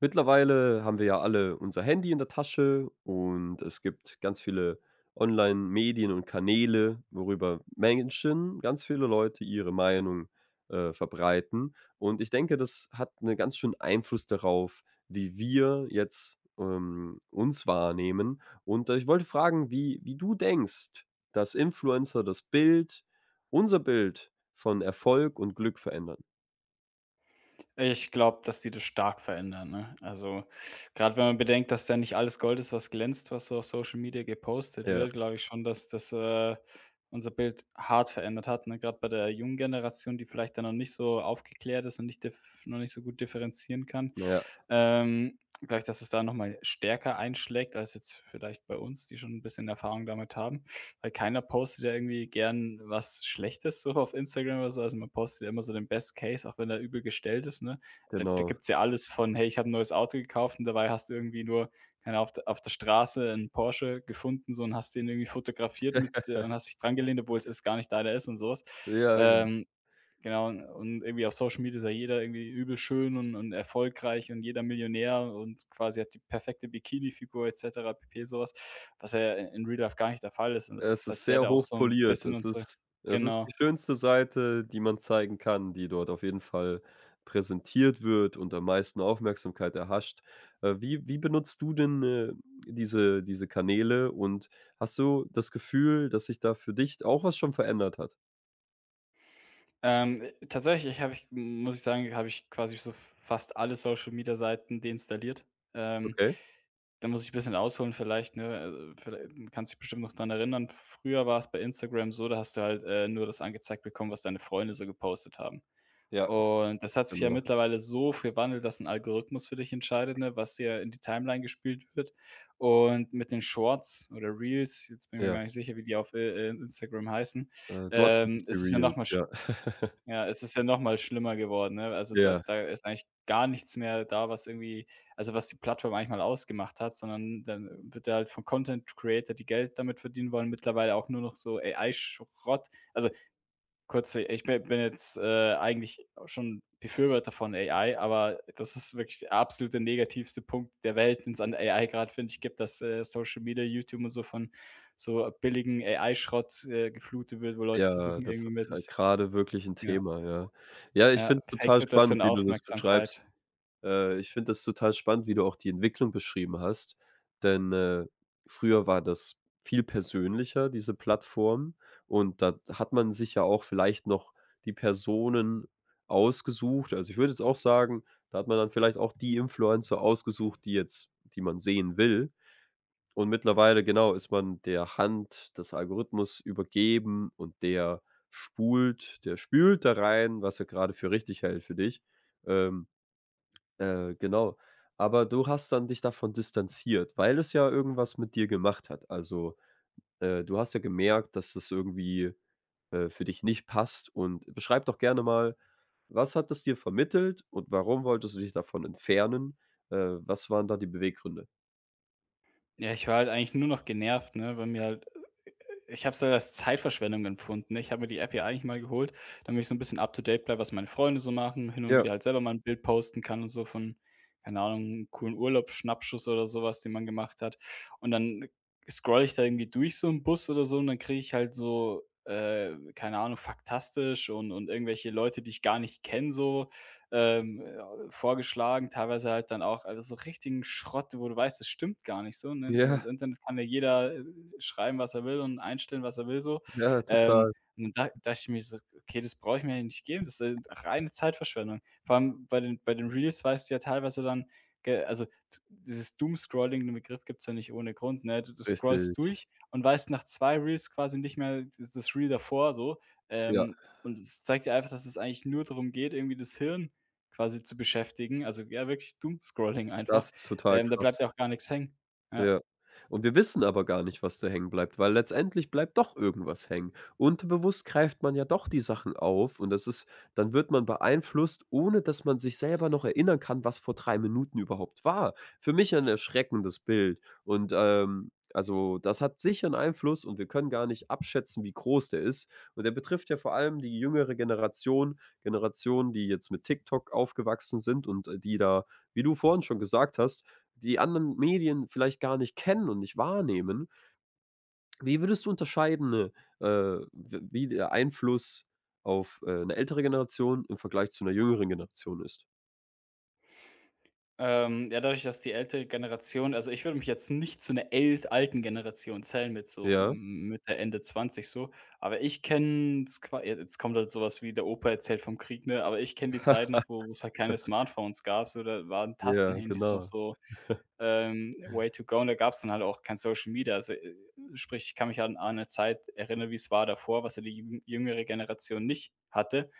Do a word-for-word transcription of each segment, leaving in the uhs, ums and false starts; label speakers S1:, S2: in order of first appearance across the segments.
S1: Mittlerweile haben wir ja alle unser Handy in der Tasche, und es gibt ganz viele Online-Medien und Kanäle, worüber Menschen, ganz viele Leute, ihre Meinung, äh, verbreiten. Und ich denke, das hat einen ganz schönen Einfluss darauf, wie wir jetzt, ähm, uns wahrnehmen. Und, äh, ich wollte fragen, wie wie du denkst, dass Influencer das Bild unser Bild von Erfolg und Glück verändern?
S2: Ich glaube, dass die das stark verändern, ne? Also, gerade wenn man bedenkt, dass da nicht alles Gold ist, was glänzt, was so auf Social Media gepostet
S1: Ja,
S2: wird, glaube ich schon, dass das, äh, unser Bild hart verändert hat, ne? Grad bei der jungen Generation, die vielleicht dann noch nicht so aufgeklärt ist und nicht dif noch nicht so gut differenzieren kann.
S1: ja,
S2: Ähm, glaube ich, dass es da noch mal stärker einschlägt als jetzt vielleicht bei uns, die schon ein bisschen Erfahrung damit haben, weil keiner postet ja irgendwie gern was Schlechtes so auf Instagram oder so. Also man postet ja immer so den Best Case, auch wenn er übel gestellt ist, ne? Da, da
S1: genau.
S2: gibt's ja alles von, hey, ich habe ein neues Auto gekauft und dabei hast du irgendwie nur, keine Ahnung, auf, der- auf der Straße einen Porsche gefunden so und hast den irgendwie fotografiert mit äh, und hast dich dran gelehnt, obwohl es erst gar nicht deiner ist und sowas.
S1: Ja, genau.
S2: Ähm, Genau, und und irgendwie auf Social Media ist ja jeder irgendwie übel schön und und erfolgreich und jeder Millionär und quasi hat die perfekte Bikini-Figur et cetera pp., sowas, was, was ja in Real Life gar nicht der Fall ist und das
S1: Es ist
S2: verzerrt
S1: sehr
S2: ja auch so ein
S1: hochpoliert.
S2: bisschen
S1: Es
S2: unsere,
S1: ist es ist
S2: genau.
S1: die schönste Seite, die man zeigen kann, die dort auf jeden Fall präsentiert wird und am meisten Aufmerksamkeit erhascht. Äh, wie wie benutzt du denn, äh, diese diese Kanäle, und hast du das Gefühl, dass sich da für dich auch was schon verändert hat?
S2: Ähm, äh, tatsächlich habe ich muss ich sagen, habe ich quasi so fast alle Social Media Seiten deinstalliert. Ähm,
S1: Okay,
S2: Da muss ich ein bisschen ausholen vielleicht, ne? Also, viellei kannst dich bestimmt noch dran erinnern. Früher war es bei Instagram so, da hast du halt, äh, nur das angezeigt bekommen, was deine Freunde so gepostet haben.
S1: ja,
S2: Und das hat sich ja
S1: genau.
S2: mittlerweile so gewandelt, dass ein Algorithmus für dich entscheidet, ne, was dir in die Timeline gespielt wird. Und mit den Shorts oder Reels, jetzt bin ich mir
S1: Ja,
S2: gar nicht sicher, wie die auf, äh, äh, Instagram heißen,
S1: äh, dort sind es
S2: ähm,
S1: die
S2: ist es ja nochmal,
S1: Reels, ja.
S2: ja, es ist ja noch mal schlimmer geworden, ne? Also, da
S1: Ja,
S2: da ist eigentlich gar nichts mehr da, was irgendwie, also, was die Plattform eigentlich mal ausgemacht hat, sondern dann wird da halt von Content Creator, die Geld damit verdienen wollen, mittlerweile auch nur noch so A I-Schrott, also Kurze, ich bin bin jetzt, äh, eigentlich schon Befürworter von A I, aber das ist wirklich der absolute negativste Punkt der Welt, den's an A I gerade finde ich, gibt, dass, äh, Social Media, YouTube und so von so billigen A I-Schrott, äh, geflutet wird, wo Leute
S1: ja,
S2: versuchen
S1: das
S2: irgendwie
S1: ist halt
S2: mit
S1: grade wirklich ein
S2: ja,
S1: Thema, ja. Ja, ich
S2: ja,
S1: finde es total spannend,
S2: Fake-Situationen
S1: wie du das beschreibst.
S2: Aufmerksamkeit.
S1: Äh, ich finde das total spannend, wie du auch die Entwicklung beschrieben hast, denn, äh, früher war das viel persönlicher, diese Plattform, und da hat man sich ja auch vielleicht noch die Personen ausgesucht. Also, ich würde jetzt auch sagen, da hat man dann vielleicht auch die Influencer ausgesucht, die jetzt die man sehen will. Und mittlerweile, genau, ist man der Hand des Algorithmus übergeben, und der spult der spült da rein, was er gerade für richtig hält für dich. Ähm, äh, genau. Aber du hast dann dich davon distanziert, weil es ja irgendwas mit dir gemacht hat. Also, äh, du hast ja gemerkt, dass das irgendwie, äh, für dich nicht passt, und beschreib doch gerne mal, was hat das dir vermittelt und warum wolltest du dich davon entfernen? Äh, was waren da die Beweggründe?
S2: Ja, ich war halt eigentlich nur noch genervt, ne, weil mir halt, ich habe es halt als Zeitverschwendung empfunden. Ich habe mir die App ja eigentlich mal geholt, damit ich so ein bisschen up to date bleibe, was meine Freunde so machen, hin und
S1: Ja,
S2: wieder halt selber mal ein Bild posten kann und so von, keine Ahnung, einem coolen Urlaubsschnappschuss oder sowas, was, den man gemacht hat. Und dann scroll ich da irgendwie durch so im Bus oder so und dann kriege ich halt so, äh, keine Ahnung, faktastisch und und irgendwelche Leute, die ich gar nicht kenne, so, ähm, äh, vorgeschlagen. Teilweise halt dann auch, also, so richtigen Schrott, wo du weißt, das stimmt gar nicht so, ne? Ins
S1: ja,
S2: Internet kann ja jeder äh, schreiben, was er will und einstellen, was er will so.
S1: ja,
S2: Ähm,
S1: total.
S2: und da dachte ich mir so: „Okay, das brauche ich mir ja nicht geben, das ist äh, reine Zeitverschwendung.“ Vor allem bei den bei den Reels weißt du ja teilweise dann, ge also, d dieses scrolling, den Begriff gibt es ja nicht ohne Grund, ne? Du du
S1: Richtig.
S2: scrollst durch und weißt nach zwei Reels quasi nicht mehr d das Reel davor so,
S1: Ja,
S2: ähm, und es zeigt dir einfach, dass es eigentlich nur darum geht, irgendwie das Hirn quasi zu beschäftigen. Also, ja, wirklich Doom-Scrolling
S1: das
S2: einfach.
S1: ist total
S2: Ähm, da bleibt
S1: krass.
S2: ja auch gar nichts hängen. Ja.
S1: Ja. Und wir wissen aber gar nicht, was da hängen bleibt, weil letztendlich bleibt doch irgendwas hängen. Unterbewusst greift man ja doch die Sachen auf, und das ist dann wird man beeinflusst, ohne dass man sich selber noch erinnern kann, was vor drei Minuten überhaupt war. Für mich ein erschreckendes Bild, und, ähm, also, das hat sicher einen Einfluss, und wir können gar nicht abschätzen, wie groß der ist. Und der betrifft ja vor allem die jüngere Generation, Generationen, die jetzt mit TikTok aufgewachsen sind und, äh, die da, wie du vorhin schon gesagt hast, die anderen Medien vielleicht gar nicht kennen und nicht wahrnehmen. Wie würdest du unterscheiden, ne, äh, w wie der Einfluss auf, äh, 'ne ältere Generation im Vergleich zu einer jüngeren Generation ist?
S2: Ähm, ja, dadurch, dass die ältere Generation, also, ich würde mich jetzt nicht zu einer ält alten Generation zählen mit so
S1: Ja,
S2: m- Mitte, Ende zwanzig so, aber ich kenne, ja, jetzt kommt halt sowas wie der Opa erzählt vom Krieg, ne, aber ich kenne die Zeit noch, wo es halt keine Smartphones gab, so, da waren
S1: ja,
S2: Tastenhandys noch
S1: genau.
S2: so, ähm, way to go, und da gab es dann halt auch kein Social Media. Also, äh, sprich, ich kann mich an an 'ne Zeit erinnern, wie es war davor, was ja die jüng jüngere Generation nicht hatte.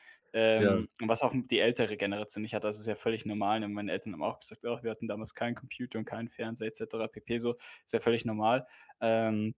S1: Ja,
S2: Ähm, und was auch die ältere Generation nicht hat, das ist ja völlig normal, und meine Eltern haben auch gesagt: „Oh, wir hatten damals keinen Computer und keinen Fernseher et cetera pp.“ So, ist ja völlig normal. Ähm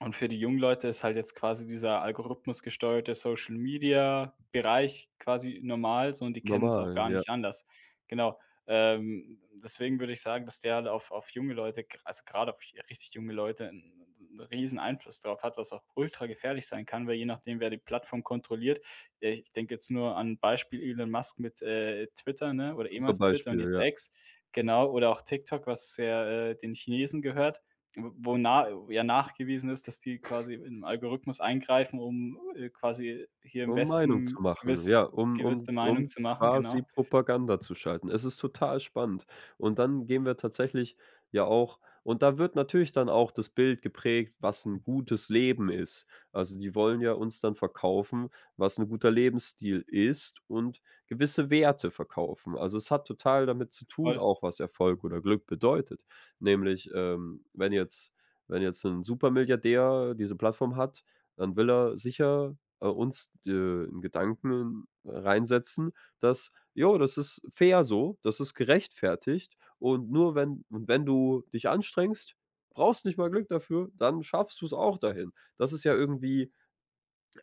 S2: und für die jungen Leute ist halt jetzt quasi dieser algorithmusgesteuerte Social-Media-Bereich quasi normal so und die kennen es auch
S1: normal,
S2: gar
S1: ja.
S2: nicht anders. Genau. Ähm, deswegen würde ich sagen, dass der halt auf auf junge Leute, gr also gerade auf richtig junge Leute, einen 'n riesen Einfluss drauf hat, was auch ultra gefährlich sein kann, weil je nachdem, wer die Plattform kontrolliert, äh, ich denke jetzt nur an Beispiel Elon Musk mit, äh, Twitter, ne, oder
S1: Super
S2: ehemals Twitter und
S1: Beispiel,
S2: jetzt
S1: ja.
S2: X, genau, oder auch TikTok, was ja, äh, den Chinesen gehört, wo na ja nachgewiesen ist, dass die quasi in 'n Algorithmus eingreifen, um, äh, quasi hier im
S1: Um Meinung zu
S2: Westen
S1: machen,
S2: gewiss
S1: ja, um um
S2: gewisse Meinung
S1: um
S2: zu machen,
S1: quasi
S2: genau.
S1: Propaganda zu schalten. Es ist total spannend. Und dann gehen wir tatsächlich ja auch, und da wird natürlich dann auch das Bild geprägt, was ein gutes Leben ist. Also, die wollen ja uns dann verkaufen, was ein guter Lebensstil ist, und gewisse Werte verkaufen. Also, es hat total damit zu tun
S2: Voll.
S1: auch, was Erfolg oder Glück bedeutet. Nämlich, ähm, wenn jetzt wenn jetzt ein Supermilliardär diese Plattform hat, dann will er sicher äh, uns, äh, in Gedanken reinsetzen, dass: „Jo, das ist fair so, das ist gerechtfertigt, und nur wenn und wenn du dich anstrengst, brauchst nicht mal Glück dafür, dann schaffst du es auch dahin.“ Das ist ja irgendwie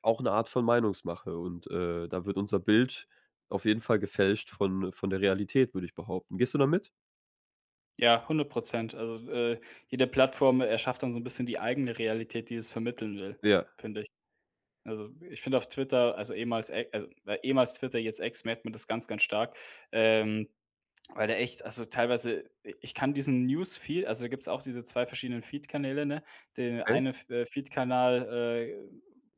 S1: auch eine Art von Meinungsmache, und, äh, da wird unser Bild auf jeden Fall gefälscht von von der Realität, würde ich behaupten. Gehst du damit?
S2: Ja, hundert Prozent. Also, äh, jede Plattform erschafft dann so ein bisschen die eigene Realität, die es vermitteln will,
S1: Ja,
S2: finde ich. Also, ich finde auf Twitter, also ehemals E also äh, ehemals Twitter, jetzt X, merkt man das ganz, ganz stark, ähm weil der echt, also, teilweise, ich kann diesen Newsfeed, also, da gibt's auch diese zwei verschiedenen Feed-Kanäle, ne? Der
S1: okay,
S2: eine äh, Feed-Kanal, äh,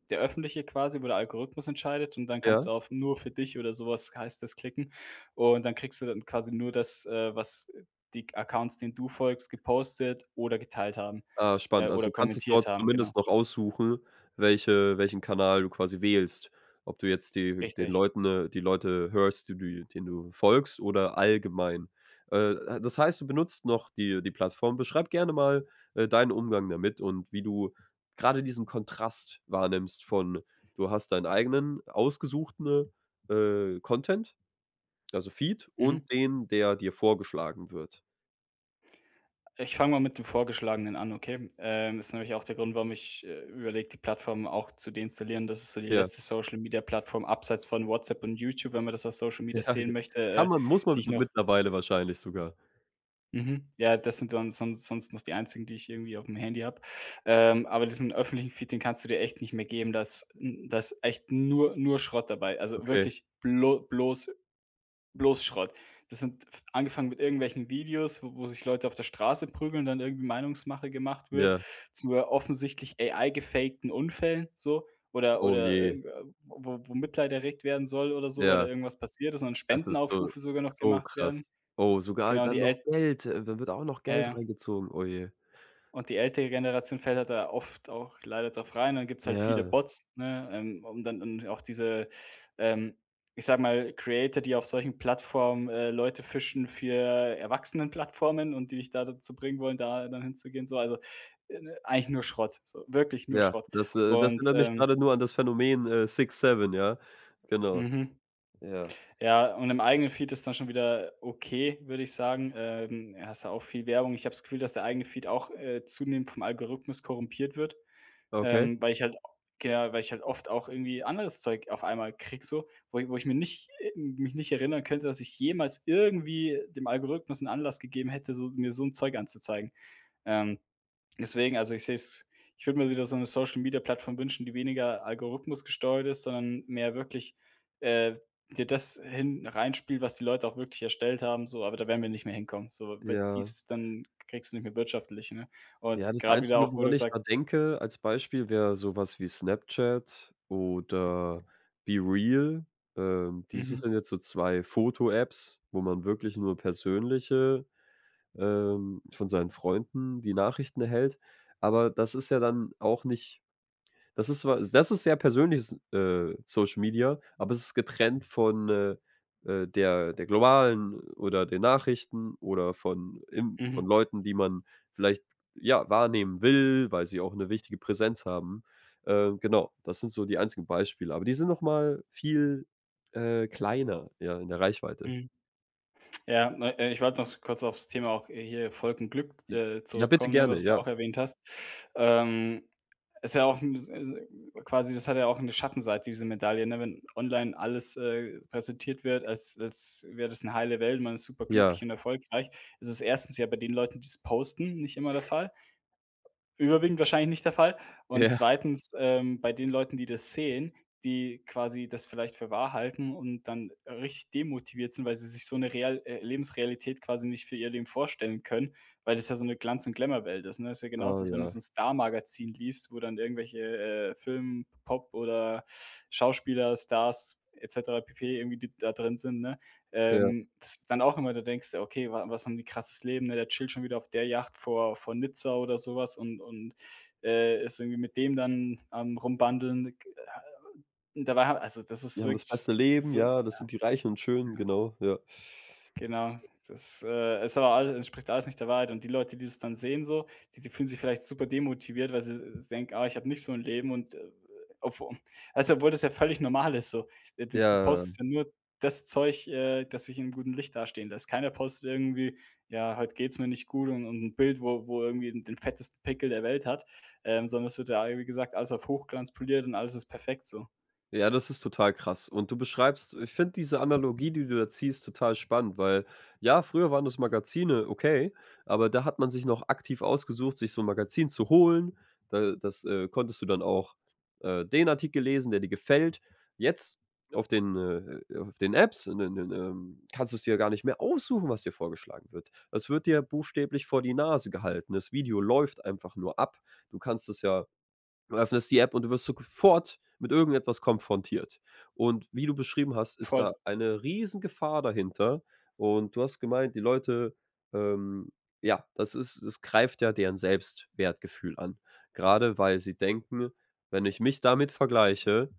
S2: der öffentliche quasi, wo der Algorithmus entscheidet, und dann kannst du
S1: ja.
S2: auf „Nur für dich“ oder sowas heißt das klicken und dann kriegst du dann quasi nur das, äh, was die Accounts, denen du folgst, gepostet oder geteilt haben,
S1: Ah,
S2: äh,
S1: spannend. Also,
S2: oder
S1: du kannst es
S2: kommentiert
S1: dort
S2: haben, genau.
S1: zumindest noch aussuchen, welche welchen Kanal du quasi wählst. Ob du jetzt die den
S2: Richtig.
S1: Leuten, äh die Leute hörst, die du denen du folgst, oder allgemein. Äh, das heißt, du benutzt noch die die Plattform. Beschreib gerne mal, äh, deinen Umgang damit und wie du gerade diesen Kontrast wahrnimmst von: Du hast deinen eigenen ausgesuchten, äh, Content, also Feed, und
S2: Mhm.
S1: den, der dir vorgeschlagen wird.
S2: Ich fange mal mit dem Vorgeschlagenen an, okay? Ähm, ist nämlich auch der Grund, warum ich, äh, überlege, die Plattform auch zu deinstallieren. Das ist so die
S1: Ja,
S2: letzte Social-Media-Plattform abseits von WhatsApp und YouTube, wenn man das als Social Media
S1: ja,
S2: zählen
S1: ge
S2: möchte,
S1: kann
S2: äh,
S1: man muss
S2: die
S1: man
S2: ich
S1: mit
S2: noch
S1: mittlerweile wahrscheinlich sogar.
S2: mhm, ja, das sind dann son sonst noch die einzigen, die ich irgendwie auf dem Handy habe. Ähm, aber diesen öffentlichen Feed, den kannst du dir echt nicht mehr geben. Da ist da ist echt nur nur Schrott dabei. Also,
S1: Okay,
S2: wirklich, blo bloß bloß Schrott. Das sind f angefangen mit irgendwelchen Videos, wo wo sich Leute auf der Straße prügeln, dann irgendwie Meinungsmache gemacht wird,
S1: ja.
S2: zu, äh, offensichtlich A I gefakten Unfällen so, oder
S1: Oh
S2: oder
S1: je.
S2: äh, wo wo Mitleid erregt werden soll oder so, weil da
S1: Ja,
S2: irgendwas passiert ist und
S1: das ist so
S2: Spendenaufrufe sogar noch
S1: so
S2: gemacht
S1: krass.
S2: werden.
S1: Oh, sogar
S2: Genau, und die
S1: dann noch
S2: El
S1: Geld, äh, da wird auch noch
S2: ja,
S1: Geld
S2: ja.
S1: reingezogen. Oh je.
S2: Und die ältere Generation fällt halt da oft auch leider drauf rein. Dann gibt's halt viele
S1: Ja,
S2: Bots, ne, ähm, um dann, und auch diese, ähm, ich sag mal, Creator, die auf solchen Plattformen, äh, Leute fischen für Erwachsenenplattformen und die dich da dazu bringen wollen, da dann hinzugehen, so. Also, äh, ne, eigentlich nur Schrott, so, wirklich nur
S1: ja,
S2: Schrott.
S1: das, äh das
S2: Und,
S1: erinnert mich
S2: ähm
S1: grade nur an das Phänomen, äh, Six Seven, ja? Genau,
S2: mhm.
S1: ja.
S2: Ja, und im eigenen Feed ist dann schon wieder okay, würde ich sagen. Ähm, ja, hast du auch viel Werbung. Ich habe das Gefühl, dass der eigene Feed auch, äh, zunehmend vom Algorithmus korrumpiert wird.
S1: Okay,
S2: Ähm, weil ich halt genau, weil ich halt oft auch irgendwie anderes Zeug auf einmal krieg so, wo ich wo ich mir nicht äh, mich nicht erinnern könnte, dass ich jemals irgendwie dem Algorithmus einen Anlass gegeben hätte, so mir so ein Zeug anzuzeigen. Ähm, deswegen, also, ich sehe es ich würde mir wieder so eine Social-Media-Plattform wünschen, die weniger algorithmusgesteuert ist, sondern mehr wirklich, äh, dir das hin reinspielt, was die Leute auch wirklich erstellt haben, so, aber da werden wir nicht mehr hinkommen, so, weil
S1: ja.
S2: dies, dann kriegst du nicht mehr wirtschaftlich, ne? Und
S1: Ja, das
S2: gerade wieder
S1: Einzige,
S2: auch, wo
S1: woran
S2: du
S1: ich
S2: sagst
S1: da denke als Beispiel, wäre so was wie Snapchat oder BeReal. Ähm, diese
S2: mhm,
S1: sind jetzt so zwei Foto-Apps, wo man wirklich nur persönliche ähm, von seinen Freunden die Nachrichten erhält. Aber das ist ja dann auch nicht, das ist zwar das ist sehr persönliches, äh, Social Media, aber es ist getrennt von, äh, äh, der der globalen oder den Nachrichten oder von im von
S2: mhm.
S1: Leuten, die man vielleicht, ja, wahrnehmen will, weil sie auch eine wichtige Präsenz haben. Äh, genau, das sind so die einzigen Beispiele, aber die sind noch mal viel, äh, kleiner, ja, in der Reichweite.
S2: Mhm. Ja, ne, äh, ich wollte noch so kurz aufs Thema auch, äh, hier Volkenglück,
S1: I
S2: äh,
S1: ja, bitte
S2: zurückkommen, ne,
S1: gerne,
S2: was du ja
S1: ja.
S2: auch erwähnt hast. Ähm, ist ja auch 'n s s quasi das hat ja auch eine Schattenseite, diese Medaille, ne? Wenn online alles, äh, präsentiert wird, als als wäre das eine heile Welt, man ist super glücklich
S1: Ja,
S2: und erfolgreich. Ist Es erstens ja bei den Leuten, die es posten, nicht immer der Fall. Überwiegend wahrscheinlich nicht der Fall. Und
S1: ja.
S2: zweitens, ähm, bei den Leuten, die das sehen, die quasi das vielleicht für wahr halten und dann richtig demotiviert sind, weil sie sich so eine Real äh, Lebensrealität quasi nicht für ihr Leben vorstellen können, weil das ja so eine Glanz und Glamour-Welt ist, ne? Das ist ja genauso,
S1: Oh
S2: als wenn du
S1: ja.
S2: so ein Star-Magazin liest, wo dann irgendwelche, äh, Film, Pop oder Schauspieler, Stars et cetera pp. Irgendwie d da drin sind, ne?
S1: Ja,
S2: Ähm, das, dann auch immer, da denkst du: „Okay, wa was haben die krasses Leben, ne? Der chillt schon wieder auf der Yacht vor vor Nizza oder sowas und und, äh, ist irgendwie mit dem dann am Rumbandeln.“ äh, dabei ha also, Das ist
S1: die haben das
S2: wirklich
S1: beste Leben,
S2: so.
S1: ja, das sind die Reichen und Schönen, genau, ja.
S2: Genau. Das, äh, ist aber alles entspricht alles nicht der Wahrheit. Und die Leute, die das dann sehen so, die die fühlen sich vielleicht super demotiviert, weil sie s denken: „Ah, ich habe nicht so ein Leben“ und, äh, obwo weißt obwohl das ja völlig normal ist so. Äh, du du
S1: Ja,
S2: postest ja nur das Zeug, äh, das dich in 'nem guten Licht dastehen lässt. Keiner postet irgendwie: „Ja, heute geht's mir nicht gut“ und und 'n Bild, wo wo irgendwie den den fettesten Pickel der Welt hat, ähm, sondern es wird ja, wie gesagt, alles auf Hochglanz poliert und alles ist perfekt so.
S1: ja, das ist total krass. Und du beschreibst ich finde diese Analogie, die du da ziehst, total spannend, weil, ja, früher waren das Magazine, okay, aber da hat man sich noch aktiv ausgesucht, sich so 'n Magazin zu holen. Da das, äh konntest du dann auch, äh, den Artikel lesen, der dir gefällt. Jetzt auf den, äh auf den Apps, ne ne, ähm, kannst du's dir gar nicht mehr aussuchen, was dir vorgeschlagen wird. Es wird dir buchstäblich vor die Nase gehalten. Das Video läuft einfach nur ab. Du kannst es ja Du öffnest die App, und du wirst sofort mit irgendetwas konfrontiert. Und wie du beschrieben hast, ist da
S2: Voll.
S1: eine riesen Gefahr dahinter. Und du hast gemeint, die Leute, ähm, ja, das ist es greift ja deren Selbstwertgefühl an. Gerade weil sie denken: „Wenn ich mich damit vergleiche,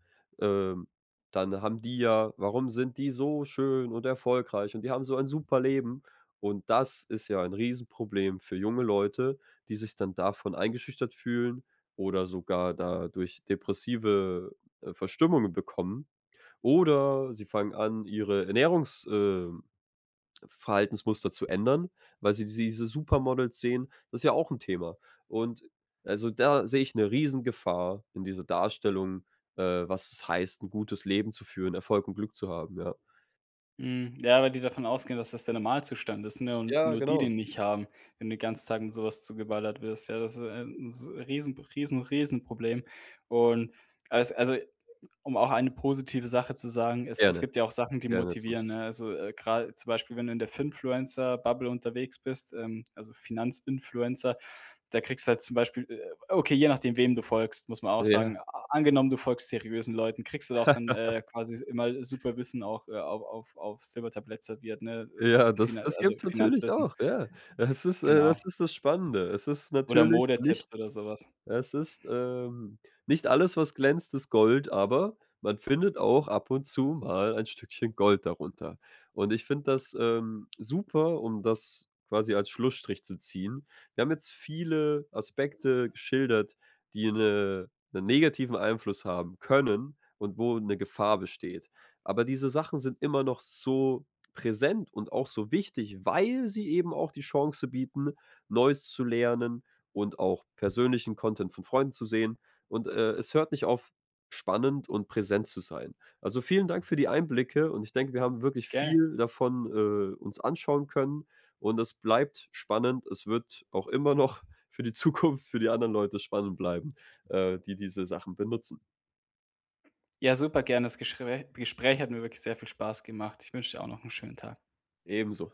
S1: ähm, dann haben die ja warum sind die so schön und erfolgreich, und die haben so ein super Leben?“ Und das ist ja ein Riesenproblem für junge Leute, die sich dann davon eingeschüchtert fühlen oder sogar dadurch depressive, äh, Verstimmungen bekommen. Oder sie fangen an, ihre Ernährungs äh, Verhaltensmuster zu ändern, weil sie diese Supermodels sehen. Das ist ja auch ein Thema. Und also, da sehe ich 'ne Riesengefahr in dieser Darstellung, äh, was es heißt, ein gutes Leben zu führen, Erfolg und Glück zu haben, ja.
S2: Mhm, ja, weil die davon ausgehen, dass das der Normalzustand ist, ne, und
S1: Ja,
S2: nur die
S1: genau.
S2: den nicht haben, wenn du den ganzen Tag mit sowas was zugeballert wirst. Ja, das ist, ein 'n s Riesen Riesen riesen Problem. Und als also, Um auch eine positive Sache zu sagen, es es
S1: Gerne,
S2: gibt ja auch Sachen, die
S1: gerne zu.
S2: motivieren, ne? Also, äh, grade zum Beispiel, wenn du in der Finfluencer-Bubble unterwegs bist, ähm, also Finanzinfluencer, da kriegst du halt zum Beispiel, okay, je nachdem, wem du folgst, muss man auch sagen.
S1: Ja,
S2: A- Angenommen, du folgst seriösen Leuten, kriegst du da auch dann, äh, quasi immer super Wissen auch, äh, auf auf auf Silbertablett serviert, ne?
S1: ja, das
S2: Finan
S1: das
S2: also
S1: gibt's natürlich
S2: Finanzwissen,
S1: auch, ja. Das ist äh, das
S2: genau.
S1: ist das Spannende. Es ist
S2: Oder
S1: natürlich nicht.
S2: Modetipps oder sowas.
S1: Es ist, ähm, nicht alles, was glänzt, ist Gold, aber man findet auch ab und zu mal ein Stückchen Gold darunter. Und ich finde das, ähm, super, um das quasi als Schlussstrich zu ziehen. Wir haben jetzt viele Aspekte geschildert, die eine 'nen negativen Einfluss haben können und wo eine Gefahr besteht. Aber diese Sachen sind immer noch so präsent und auch so wichtig, weil sie eben auch die Chance bieten, Neues zu lernen, und auch persönlichen Content von Freunden zu sehen, und, äh, es hört nicht auf, spannend und präsent zu sein. Also, vielen Dank für die Einblicke, und ich denke, wir haben wirklich
S2: Gerne.
S1: viel davon, äh, uns anschauen können, und es bleibt spannend. Es wird auch immer noch für die Zukunft, für die anderen Leute spannend bleiben, äh, die diese Sachen benutzen.
S2: Ja, super gerne. Das Geschrä Gespräch hat mir wirklich sehr viel Spaß gemacht. Ich wünsche dir auch noch einen schönen Tag.
S1: Ebenso.